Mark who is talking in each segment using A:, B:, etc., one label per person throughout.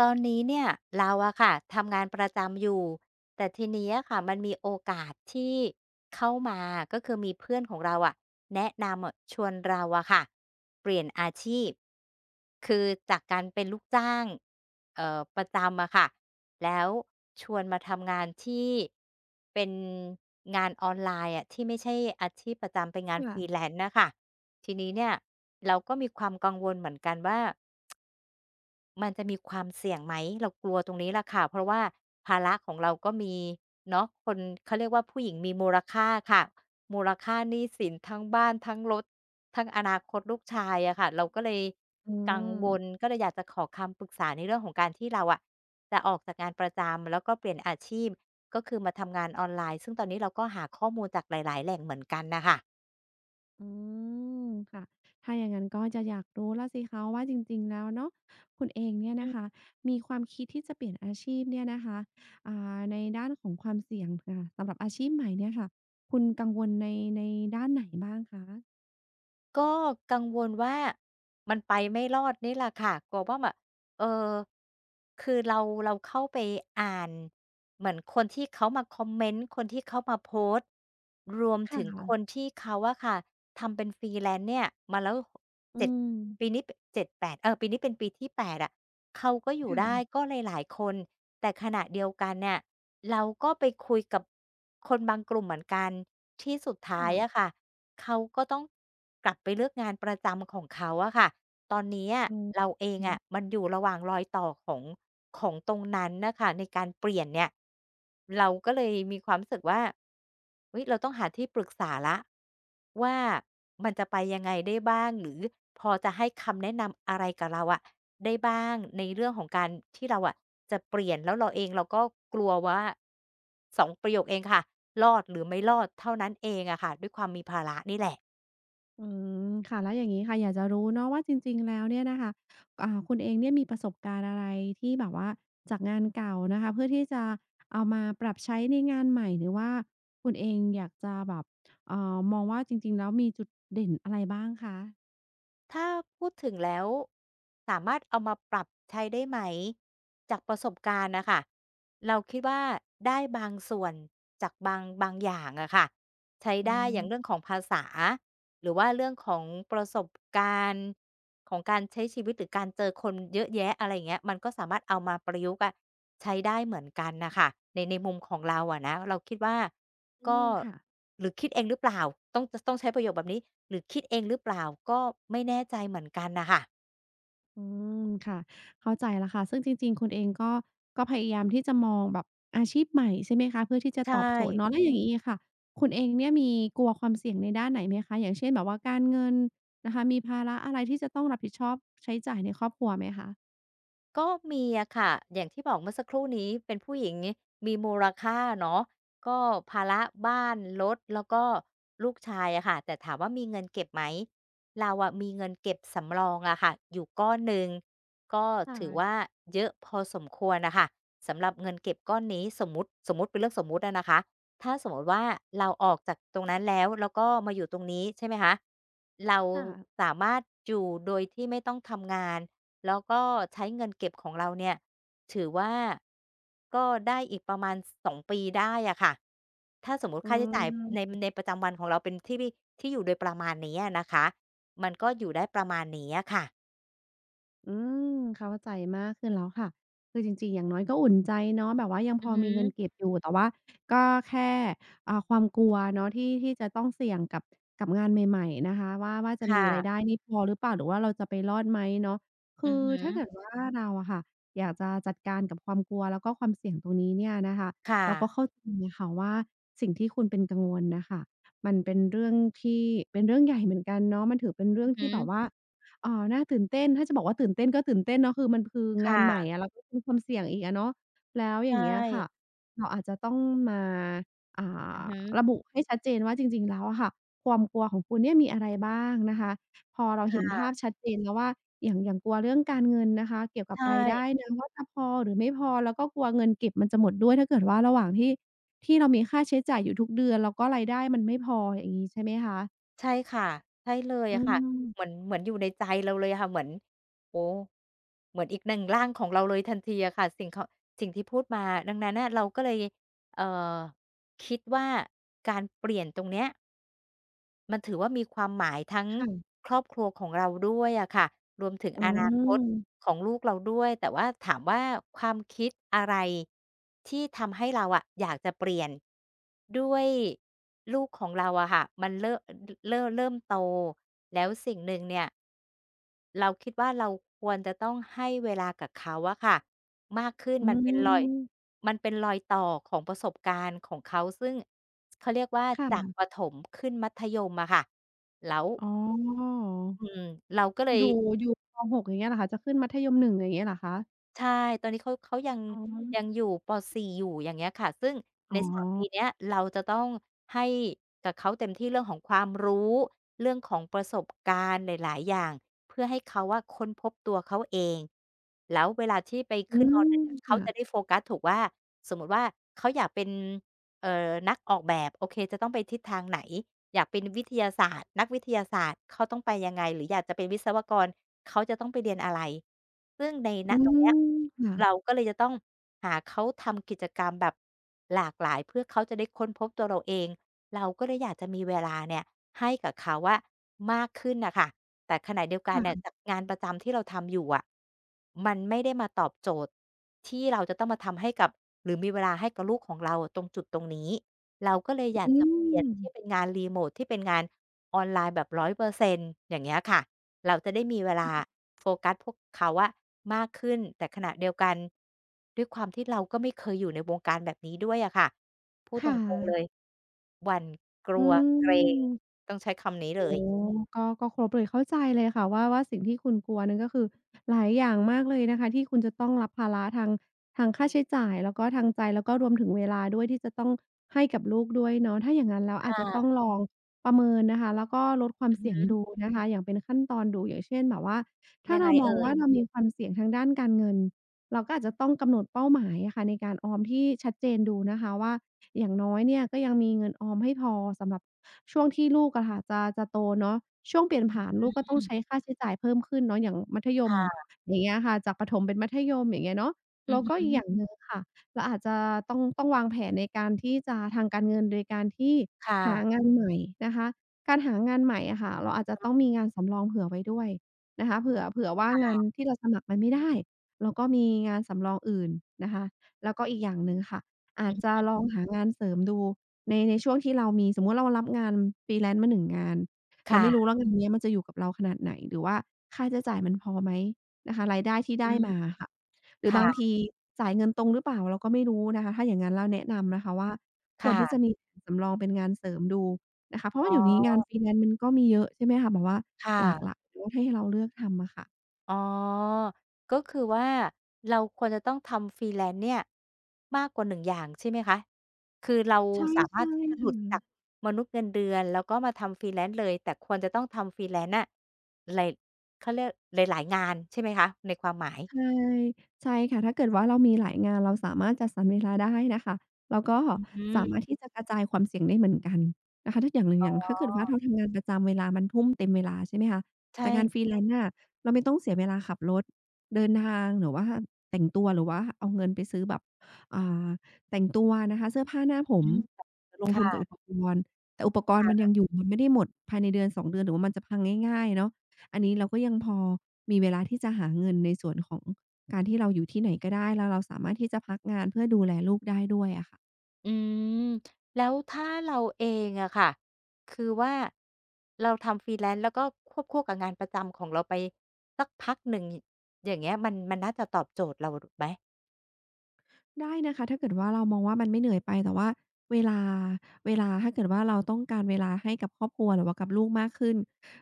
A: ตอนนี้เนี่ยเราอะค่ะทำงานประจำอยู่แต่ทีนี้อะค่ะมันมีโอกาสที่เข้ามาก็คือมีเพื่อนของเราอะแนะนำอะชวนเราอะค่ะเปลี่ยนอาชีพคือจากการเป็นลูกจ้างประจำอะค่ะแล้วชวนมาทำงานที่เป็นงานออนไลน์อะที่ไม่ใช่อาชีพประจำเป็นงานฟรี
B: ค่ะ
A: แลน n ์นะคะทีนี้เนี่ยเราก็มีความกังวลเหมือนกันว่า มันจะมีความเสี่ยงไหมเรากลัวตรงนี้แหละค่ะเพราะว่าภาระของเราก็มีเนาะคนเขาเรียกว่าผู้หญิงมีมูลค่าค่ะมูลค่าหนี้สินทั้งบ้านทั้งรถทั้งอนาคตลูกชายอะค่ะเราก็เลย
B: อื
A: กังวล
B: ม
A: ก็เลยอยากจะขอคำปรึกษาในเรื่องของการที่เราอะจะออกจากงานประจำแล้วก็เปลี่ยนอาชีพก็คือมาทำงานออนไลน์ซึ่งตอนนี้เราก็หาข้อมูลจากหลายๆแหล่งเหมือนกันน่ะค่ะ
B: อืมค่ะถ้าอย่างนั้นก็จะอยากรู้แล้วสิคะว่าจริงๆแล้วเนาะคุณเองเนี่ยนะคะมีความคิดที่จะเปลี่ยนอาชีพเนี่ยนะคะในด้านของความเสี่ยงค่ะสำหรับอาชีพใหม่เนี่ยค่ะคุณกังวลในด้านไหนบ้างคะ
A: ก็กังวลว่ามันไปไม่รอดนี่แหละค่ะกลัวว่าแบบเออคือเราเข้าไปอ่านเหมือนคนที่เขามาคอมเมนต์คนที่เขามาโพสต์รวม
B: ค่ะ
A: ถึงคนที่เขาอะค่ะทำเป็นฟรีแลนด์เนี่ยมาแล้ว
B: อื
A: เจ็ด
B: ม
A: ปีนี้เจ็ดแปดเออปีนี้เป็นปีที่8อะ เขาก็อยู่ได้
B: ค่ะ
A: ก็หลายๆคนแต่ขณะเดียวกันเนี่ยเราก็ไปคุยกับคนบางกลุ่มเหมือนกันที่สุดท้ายอะ
B: ค่ะ
A: ค่ะเขาก็ต้องกลับไปเลือกงานประจำของเขาอะค่ะ ตอนนี้อะ
B: อื
A: เราเองอะ
B: ม
A: มันอยู่ระหว่างรอยต่อของตรงนั้นน่ะค่ะในการเปลี่ยนเนี่ยเราก็เลยมีความรู้สึกว่าเฮ้ยเราต้องหาที่ปรึกษาแล้วว่ามันจะไปยังไงได้บ้างหรือพอจะให้คำแนะนำอะไรกับเราอะได้บ้างในเรื่องของการที่เราอะจะเปลี่ยนแล้วเราเองเราก็กลัวว่าสองประโยคเองค่ะรอดหรือไม่รอดเท่านั้นเองอะค่ะด้วยความมีภาระนี่แหละ
B: อืมค่ะแล้วอย่างงี้ค่ะอยากจะรู้เนาะว่าจริงๆแล้วเนี่ยนะคะคุณเองเนี่ยมีประสบการณ์อะไรที่แบบว่าจากงานเก่านะคะเพื่อที่จะเอามาปรับใช้ในงานใหม่หรือว่าคุณเองอยากจะแบบมองว่าจริงๆแล้วมีจุดเด่นอะไรบ้างคะ
A: ถ้าพูดถึงแล้วสามารถเอามาปรับใช้ได้ไหมจากประสบการณ์น่ะค่ะเราคิดว่าได้บางส่วนจากบางอย่างอะค่ะใช้
B: อื
A: ได้อย่างเรื่อง
B: ม
A: ของภาษาหรือว่าเรื่องของประสบการณ์ของการใช้ชีวิตหรือการเจอคนเยอะแยะอะไรอย่างเงี้ยมันก็สามารถเอามาประยุกต์อะใช้ได้เหมือนกันน่ะค่ะในมุมของเราอะนะเราคิดว่า ก็
B: ค่ะ
A: หรือคิดเองหรือเปล่าต้องจะต้องใช้ประโยคแบบนี้หรือคิดเองหรือเปล่าก็ไม่แน่ใจเหมือนกันน่ะค่ะ
B: อืมค่ะเข้าใจแล้วค่ะซึ่งจริงๆคุณเองก็พยายามที่จะมองแบบอาชีพใหม่ใช่ไหมคะเพื่อที่จะ
A: ใช่
B: ตอบโจทย์เนาะแล้วอย่างงี้อะค่ะคุณเองเนี่ยมีกลัวความเสี่ยงในด้านไหนไหมคะอย่างเช่นแบบว่าการเงินนะคะมีภาระอะไรที่จะต้องรับผิดชอบใช้จ่ายในครอบครัวไหมคะ
A: ก็มีอะค่ะอย่างที่บอกเมื่อสักครู่นี้เป็นผู้หญิงมีมูลค่าเนาะก็ภาระบ้านรถแล้วก็ลูกชายอะค่ะแต่ถามว่ามีเงินเก็บไหมเราอะมีเงินเก็บสำรองอะค่ะอยู่ก้อนหนึ่งก็ถือว่า
B: ค่ะ
A: เยอะพอสมควรน่ะค่ะสำหรับเงินเก็บก้อนนี้สมมุติเป็นเรื่องสมมุติอะนะคะถ้าสมมุติว่าเราออกจากตรงนั้นแล้วก็มาอยู่ตรงนี้ใช่ไหมคะเรา
B: ค่ะ
A: สามารถอยู่โดยที่ไม่ต้องทำงาน แล้วก็ใช้เงินเก็บของเราเนี่ยถือว่าก็ได้อีกประมาณสองปีได้อะค่ะถ้าสมมุติ
B: อื
A: ค่าใช้จ่ายใน
B: ม
A: ในประจำวันของเราเป็นที่อยู่โดยประมาณนี้อะนะคะมันก็อยู่ได้ประมาณนี้อะค่ะ
B: อืมเข้าใจมากขึ้นแล้วค่ะคือจริงๆอย่างน้อยก็อุ่นใจเนาะแบบว่ายังพ
A: อือ
B: อ
A: ฮึ
B: มีเงินเก็บอยู่แต่ว่าก็แค่ความกลัวเนาะที่จะต้องเสี่ยงกับงานใหม่ๆนะคะว่าจะมี
A: ค่ะ
B: รายได้นี่พอหรือเปล่าหรือว่าเราจะไปรอดไหมเนาะ
A: อื
B: คื
A: อ
B: อ
A: ฮึ
B: ถ้าเกิดว่าเราอะค่ะอยากจะจัดการกับความกลัวแล้วก็ความเสี่ยงตรงนี้เนี่ยนะคะ
A: ค่ะ
B: เราก็เข้าใจอะค่ะว่าสิ่งที่คุณเป็นกังวลน่ะค่ะมันเป็นเรื่องที่เป็นเรื่องใหญ่เหมือนกันเนาะมันถือเป็นเรื่
A: อื
B: อง
A: อฮึ
B: ที่แบบว่า อ๋อน่าตื่นเต้นถ้าจะบอกว่าตื่นเต้นก็ตื่นเต้นเนาะคือมันคือ
A: ค
B: งานใหม่อะ
A: ่ะ
B: เราก็มีความเสี่ยงอีกอะเนาะแล้วอย่า
A: ใช่
B: งเงี้ยค่ะเราอาจจะต้องมาอ่า
A: อือฮึ
B: ระบุให้ชัดเจนว่าจริงๆแล้วอะค่ะความกลัวของคุณเนี่ยมีอะไรบ้างนะคะพอเรา
A: ค่
B: เห็นภาพ
A: ะ
B: ชัดเจนแล้วว่าอย่างกลัวเรื่องการเงินนะคะเกี่ยวกั
A: ใช
B: บรายได้
A: ่
B: นะว่าจะพอหรือไม่พอแล้วก็กลัวเงินเก็บมันจะหมดด้วยถ้าเกิดว่าระหว่างที่เรามีค่าใช้จ่ายอยู่ทุกเดือนแล้วก็รายได้มันไม่พออย่างงี้ใช่ไหมคะ
A: ใช่ค่ะใช่เลย
B: อื
A: อะค่ะ
B: ม
A: เหมือนอยู่ในใจเราเลยอะค่ะเหมือนโอ้เหมือนอีกหนึ่งร่างของเราเลยทันทีอะค่ะสิ่งขสิ่งที่พูดมาดังนั้นน่ะเราก็เลยเอ่อคิดว่าการเปลี่ยนตรงเนี้ย มันถือว่ามีความหมายทั้ง
B: ค่ะ
A: ครอบครัวของเราด้วยอะค่ะรวมถึง
B: อื
A: อานาคต
B: ม
A: ของลูกเราด้วยแต่ว่าถามว่าความคิดอะไรที่ทำให้เราอะอยากจะเปลี่ยนด้วยลูกของเราอะค่ะมันเริ่มเริ่มโตแล้วสิ่งหนึ่งเนี่ยเราคิดว่าเราควรจะต้องให้เวลากับเขาอะค่ะมากขึ้น
B: อื
A: มันเป็นรอย
B: ม
A: มันเป็นรอยต่อของประสบการณ์ของเขาซึ่ง เขาเรียกว่าจาก
B: ค่ะ
A: ประถมขึ้นมัธยมอะค่ะแล้ว
B: อ๋อ
A: อืมเราก็เลย
B: อยู่ อยู่ป6อย่างเงี้ยเหรอคะ จะขึ้นมัธยม1อย่างเงี้ยเหรอคะ
A: ใช่ตอนนี้เขา
B: อ๋
A: ยัง
B: อ
A: อยู่ป4อยู่อย่างเงี้ยค่ะซึ่งใน
B: อ๋อ
A: สามปีเนี้ยเราจะต้องให้กับเขาเต็มที่เรื่องของความรู้เรื่องของประสบการณ์หลายๆอย่างเพื่อให้เขาอะค้นพบตัวเขาเองแล้วเวลาที่ไป
B: อื
A: ขึ้นมห
B: ม
A: นึ่งอะเขาจะได้
B: ค่ะ
A: โฟกัสถูกว่าสมมุติว่าเขาอยากเป็นเอ่อนักออกแบบโอเคจะต้องไปทิศทางไหน อยากเป็นวิทยาศาสตร์นักวิทยาศาสตร์เขาต้องไปยังไงหรืออยากจะเป็นวิศวกรเขาจะต้องไปเรียนอะไรซึ่งในณ
B: อื
A: ตรงเนี้ย
B: มค่ะ
A: เราก็เลยจะต้องหาเขาทำกิจกรรมแบบหลากหลายเพื่อเขาจะได้ค้นพบตัวเราเองเราก็เลยอยากจะมีเวลาเนี่ยให้กับเขาอะมากขึ้นน่ะค่ะแต่ขณะเดียวกันเนี่ย
B: ค่ะ
A: จากงานประจำที่เราทำอยู่อะมันไม่ได้มาตอบโจทย์ที่เราจะต้องมาทำให้กับหรือมีเวลาให้กับลูกของเราตรงจุดตรงนี้ เราก็เลยอยาก
B: อื
A: จะเปลี่ยนที่
B: ม
A: เป็นงานรีโมตที่เป็นงานออนไลน์แบบ100%อยเปอร์เซ็นต์อย่างเงี้ยค่ะเราจะได้มีเวลาโฟกัสพวกเขาอะมากขึ้นแต่ขณะเดียวกันด้วยความที่เราก็ไม่เคยอยู่ในวงการแบบนี้ด้วยอะค่ะพูดต
B: ค่
A: รงๆเลย
B: ะ
A: หวั่นกลั
B: อื
A: วเกรง
B: ม
A: ต้องใช้คำนี้เล
B: โอ้
A: ย
B: โฮก็ครบเลยเข้าใจเลยค่ะว่าสิ่งที่คุณกลัวนั้นก็คือหลายอย่างมากเลยนะคะที่คุณจะต้องรับภาระทางค่าใช้จ่ายแล้วก็ทางใจแล้วก็รวมถึงเวลาด้วยที่จะต้องให้กับลูกด้วยเนาะถ้าอย่างงั้นแล้วอาจจะต้อง
A: ค่ะ
B: ลองประเมินนะคะแล้วก็ลดความเสี่ยงดูนะคะอย่างเป็นขั้นตอนดูอย่างเช่นแบบว่าถ้า
A: ยังไง
B: เรามอง
A: เอ่ย
B: ว่าเรามีความเสี่ยงทางด้านการเงินเราก็อาจจะต้องกำหนดเป้าหมายอะค่ะในการออมที่ชัดเจนดูนะคะว่า อย่างน้อยเนี่ยก็ยังมีเงินออมให้พอสำหรับช่วงที่ลูกอะค่ะจะโตเนาะช่วงเปลี่ยนผ่านลูกก็ต้อ
A: อื
B: ง
A: ม
B: ใช้ค่าใช้จ่ายเพิ่มขึ้นเนาะอย่างมัธยม
A: ค่ะ
B: อย่างเงี้ยค่ะจากประถมเป็นมัธยมอย่างเงี้ยเนาะ
A: อือ
B: แล้ว
A: ฮึ
B: ก็อีกอย่างหนึ่งค่ะเราอาจจะต้องวางแผนในการที่จะทางการเงินโดยการที่หา
A: ค่ะ
B: งานใหม่นะคะการหางานใหม่อะค่ะเราอาจจะต้องมีงานสำรองเผื่อไว้ด้วยนะคะเผื่อว่างานที่เราสมัครมันไม่ได้เราก็มีงานสำรองอื่นนะคะแล้วก็อีกอย่างหนึ่งค่ะ อาจจะ
A: อือ
B: ลองหางานเสริมดูในช่วงที่เรามีสมมุติเรารับงาน freelance มา1งงานเราไม่รู้
A: ค่ะ
B: ว่างานเนี้ยมันจะอยู่กับเราขนาดไหนหรือว่าค่าใช้จ่ายมันพอไหมนะคะรายได้ที่
A: อื
B: ได้มา
A: ม
B: อะค่ะหรือบาง
A: ค่ะ
B: ทีจ่ายเงินตรงหรือเปล่าเราก็ไม่รู้นะคะถ้าอย่างงั้นแล้วแนะนำนะคะว่าควรที่จะ
A: ค่ะ
B: มีแผนสำรองเป็นงานเสริมดูนะคะเพราะ
A: อ๋
B: ว่าเดี๋ยวนี้
A: อ
B: งาน freelance มันก็มีเยอะใช่ไหมคะแบบว่า
A: ค
B: หลากหลาย
A: ่ะ
B: เนาะให้เราเลือกทำอะค่ะ
A: อ๋อก็คือว่าเราควรจะต้องทำ Freelance เนี่ยมากกว่า1อย่างใช่ไหมคะ คือเรา
B: ใช่
A: สามาร
B: ใช่
A: ถที่จะ
B: ค
A: หลุดจาก
B: ่ะ
A: มนุษย์เงินเดือนแล้วก็มาทำ Freelance เลยแต่ควรจะต้องทำ Freelance น่ะหลายเขาเรียกหลายๆงานใช่ไหมคะในความหมาย
B: ใช่ใช่ค่ะถ้าเกิดว่าเรามีหลายงานเราสามารถจัดสรรเวลาได้นะคะแล้วก็
A: อื
B: สามารถ
A: ม
B: ที่จะกระจายความเสี่ยงได้เหมือนกันนะคะถ้าอย่างหนึ่งอย่างถ้าเกิดว่าเราทำงานประจำเวลามันทุ่มเต็มเวลาใช่ไหมคะแต่งาน
A: ใช่
B: freelance น่ะเราไม่ต้องเสียเวลาขับรถเดินทางหรือว่าแต่งตัวหรือว่าเอาเงินไปซื้อแบบอ่าแต่งตัวนะคะเสื้อผ้าหน้าผ
A: อื
B: ม
A: อฮึ
B: แต่ลงทุนกับอุ
A: ค่ะ
B: ปกรณ์แต่อุปกรณ์มันยัง
A: ๆ
B: อยู่มันไม่ได้หมดภายในเดือน2เดือนหรือว่ามันจะพังง่ายๆเนาะ อันนี้เราก็ยังพอมีเวลาที่จะหาเงินในส่วนของการที่เราอยู่ที่ไหนก็ได้แล้วเราสามารถที่จะพักงานเพื่อดูแลลูกได้ด้วยอะค่ะ
A: อืมแล้วถ้าเราเองอะค่ะคือว่าเราทำ Freelance แลนซ์แล้วก็ควบคู่กับงานประจำของเราไปสักพักหนึ่งอย่างเงี้ยมันน่าจะตอบโจทย์เราไหม
B: ได้นะคะถ้าเกิดว่าเรามองว่ามันไม่เหนื่อยไปแต่ว่าเวลาเวลาถ้าเกิดว่าเราต้องการเวลาให้กับครอบครัวหรือว่ากับลูกมากขึ้น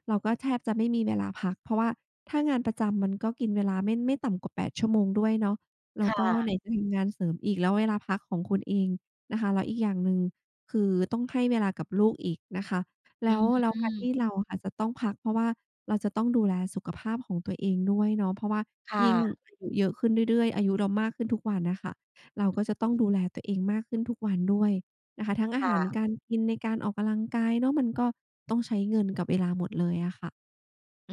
B: เราก็แทบจะไม่มีเวลาพักเพราะว่าถ้างานประจำมันก็กินเวลาไม่ต่ำกว่า8ชั่วโมงด้วยเนาะ
A: ค
B: แล้วก็ไหน
A: ่ะ
B: จะทำงานเสริมอีกแล้วเวลาพักของคุณเองนะคะแล้วอีกอย่างหนึ่งคือต้องให้เวลากับลูกอีกนะคะ
A: อื
B: แล้วแล้
A: ม
B: วการที่เราอะค่ะจะต้องพักเพราะว่าเราจะต้องดูแลสุขภาพของตัวเองด้วยเนาะเพราะว่า
A: ค
B: ยิ่ง
A: มะ
B: อายุเยอะขึ้นเรื่อยๆอายุเรามากขึ้นทุกวันน่ะค่ะ เราก็จะต้องดูแลตัวเองมากขึ้นทุกวันด้วยนะคะทั้งอาหาร
A: ค่ะ
B: การกินในการออกกำลังกายเนาะมันก็ต้องใช้เงินกับเวลาหมดเลยอะค่ะ
A: อื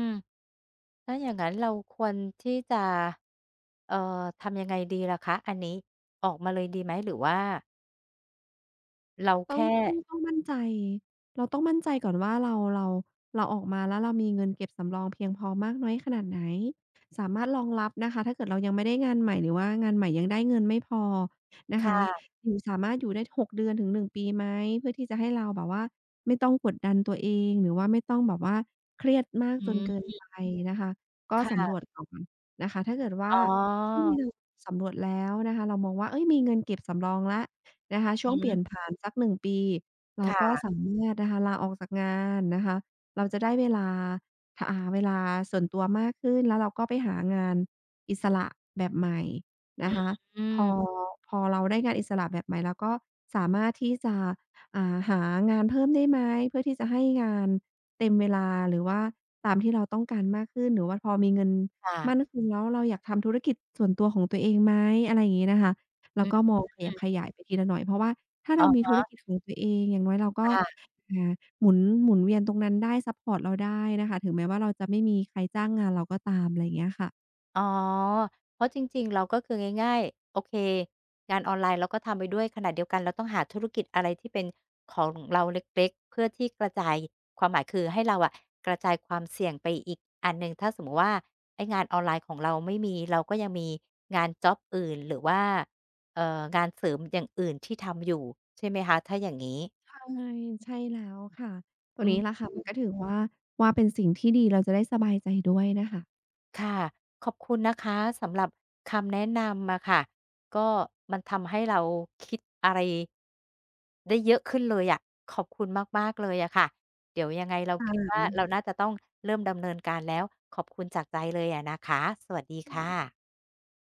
A: มถ้าอย่างนั้นเราควรที่จะเอ่อทำยังไงดีล่ะคะอันนี้ออกมาเลยดีไหมหรือว่าเรา
B: ต้อง
A: แค่
B: ต้องต้องมั่นใจเราต้องมั่นใจก่อนว่าเราเราเราออกมาแล้วเรามีเงินเก็บสำรองเพียงพอมากน้อยขนาดไหนสามารถรองรับนะคะถ้าเกิดเรายังไม่ได้งานใหม่หรือว่างานใหม่ยังได้เงินไม่พอนะ
A: ค
B: คะ
A: ่ะ
B: อยู่สามารถอยู่ได้6เดือนถึง1ปีไหมเพื่อที่จะให้เราแบบว่าไม่ต้องกดดันตัวเองหรือว่าไม่ต้องแบบว่าเครียดมาก
A: อื
B: จนเกิน
A: ม
B: ไปนะคะก็สำรวจ
A: ค่ะ
B: ก่อนนะคะถ้าเกิด
A: อ๋
B: ว่าช่วง
A: อ
B: ที่เราสำรวจแล้วนะคะเรามองว่าเฮ้ยมีเงินเก็บสำรองแล้ว นะคะช่
A: อื
B: วงเปลี่ย
A: ม
B: นผ่านสักหนึ่งปีเราก็สา
A: ค่ะ
B: มารถนะคะลาออกจากงานนะคะเราจะได้เวลาทอ่าเวลาส่วนตัวมากขึ้นแล้วเราก็ไปหางานอิสระแบบใหม่นะคะ
A: อื
B: พ
A: ม
B: อพอเราได้งานอิสระแบบใหม่เราก็สามารถที่จะหางานเพิ่มได้ไหมเพื่อที่จะให้งานเต็มเวลาหรือว่าตามที่เราต้องการมากขึ้นหรือว่าพอมีเงิน
A: ค่ะ
B: มั่นคงแล้วเราอยากทำธุรกิจส่วนตัวของตัวเองไหมอะไรอย่างงี้นะคะ แล้วก็มองข
A: อื
B: ยับข
A: ม
B: ยายไปทีละหน่อยเพราะว่าถ้า
A: อะ
B: เรามีธุ
A: ฮ
B: รกิจของตัวเองอย่างน้อยเราก็
A: ค่ะ
B: อ่าหมุนหมุนเวียนตรงนั้นได้ซัปพอร์ตเราได้นะคะถึงแม้ว่าเราจะไม่มีใครจ้างงานเราก็ตามอะไรอย่างเงี้ยค่ะ
A: อ๋อเพราะจริงๆเราก็คือง่ายๆโอเคงานออนไลน์เราก็ทำไปด้วยขณะเดียวกันเราต้องหาธุรกิจอะไรที่เป็นของเราเล็กๆเพื่อที่กระจายความหมายคือให้เราอะกระจายความเสี่ยงไปอีกอันหนึ่งถ้าสมมุติว่าไอ้งานออนไลน์ของเราไม่มีเราก็ยังมีงานจ็อบอื่นหรือว่างานเสริมอย่างอื่นที่ทำอยู่ใช่ไหมคะถ้าอย่างงี้
B: ใช่ใช่แล้วค่ะตร
A: อื
B: งนี้ล่ะ
A: ม
B: ค่ะมันก็ถือว่าว่าเป็นสิ่งที่ดีเราจะได้สบายใจด้วยนะคะ
A: ค่ะขอบคุณนะคะสำหรับคำแนะนำอะค่ะก็มันทำให้เราคิดอะไรได้เยอะขึ้นเลยอะขอบคุณมากๆเลยอะค่ะเดี๋ยวยังไงเรา
B: ค่
A: คิด
B: ะ
A: ว่าเราน่าจะต้องเริ่มดำเนินการแล้วขอบคุณจากใจเลยอะนะคะสวัสดีค่ะ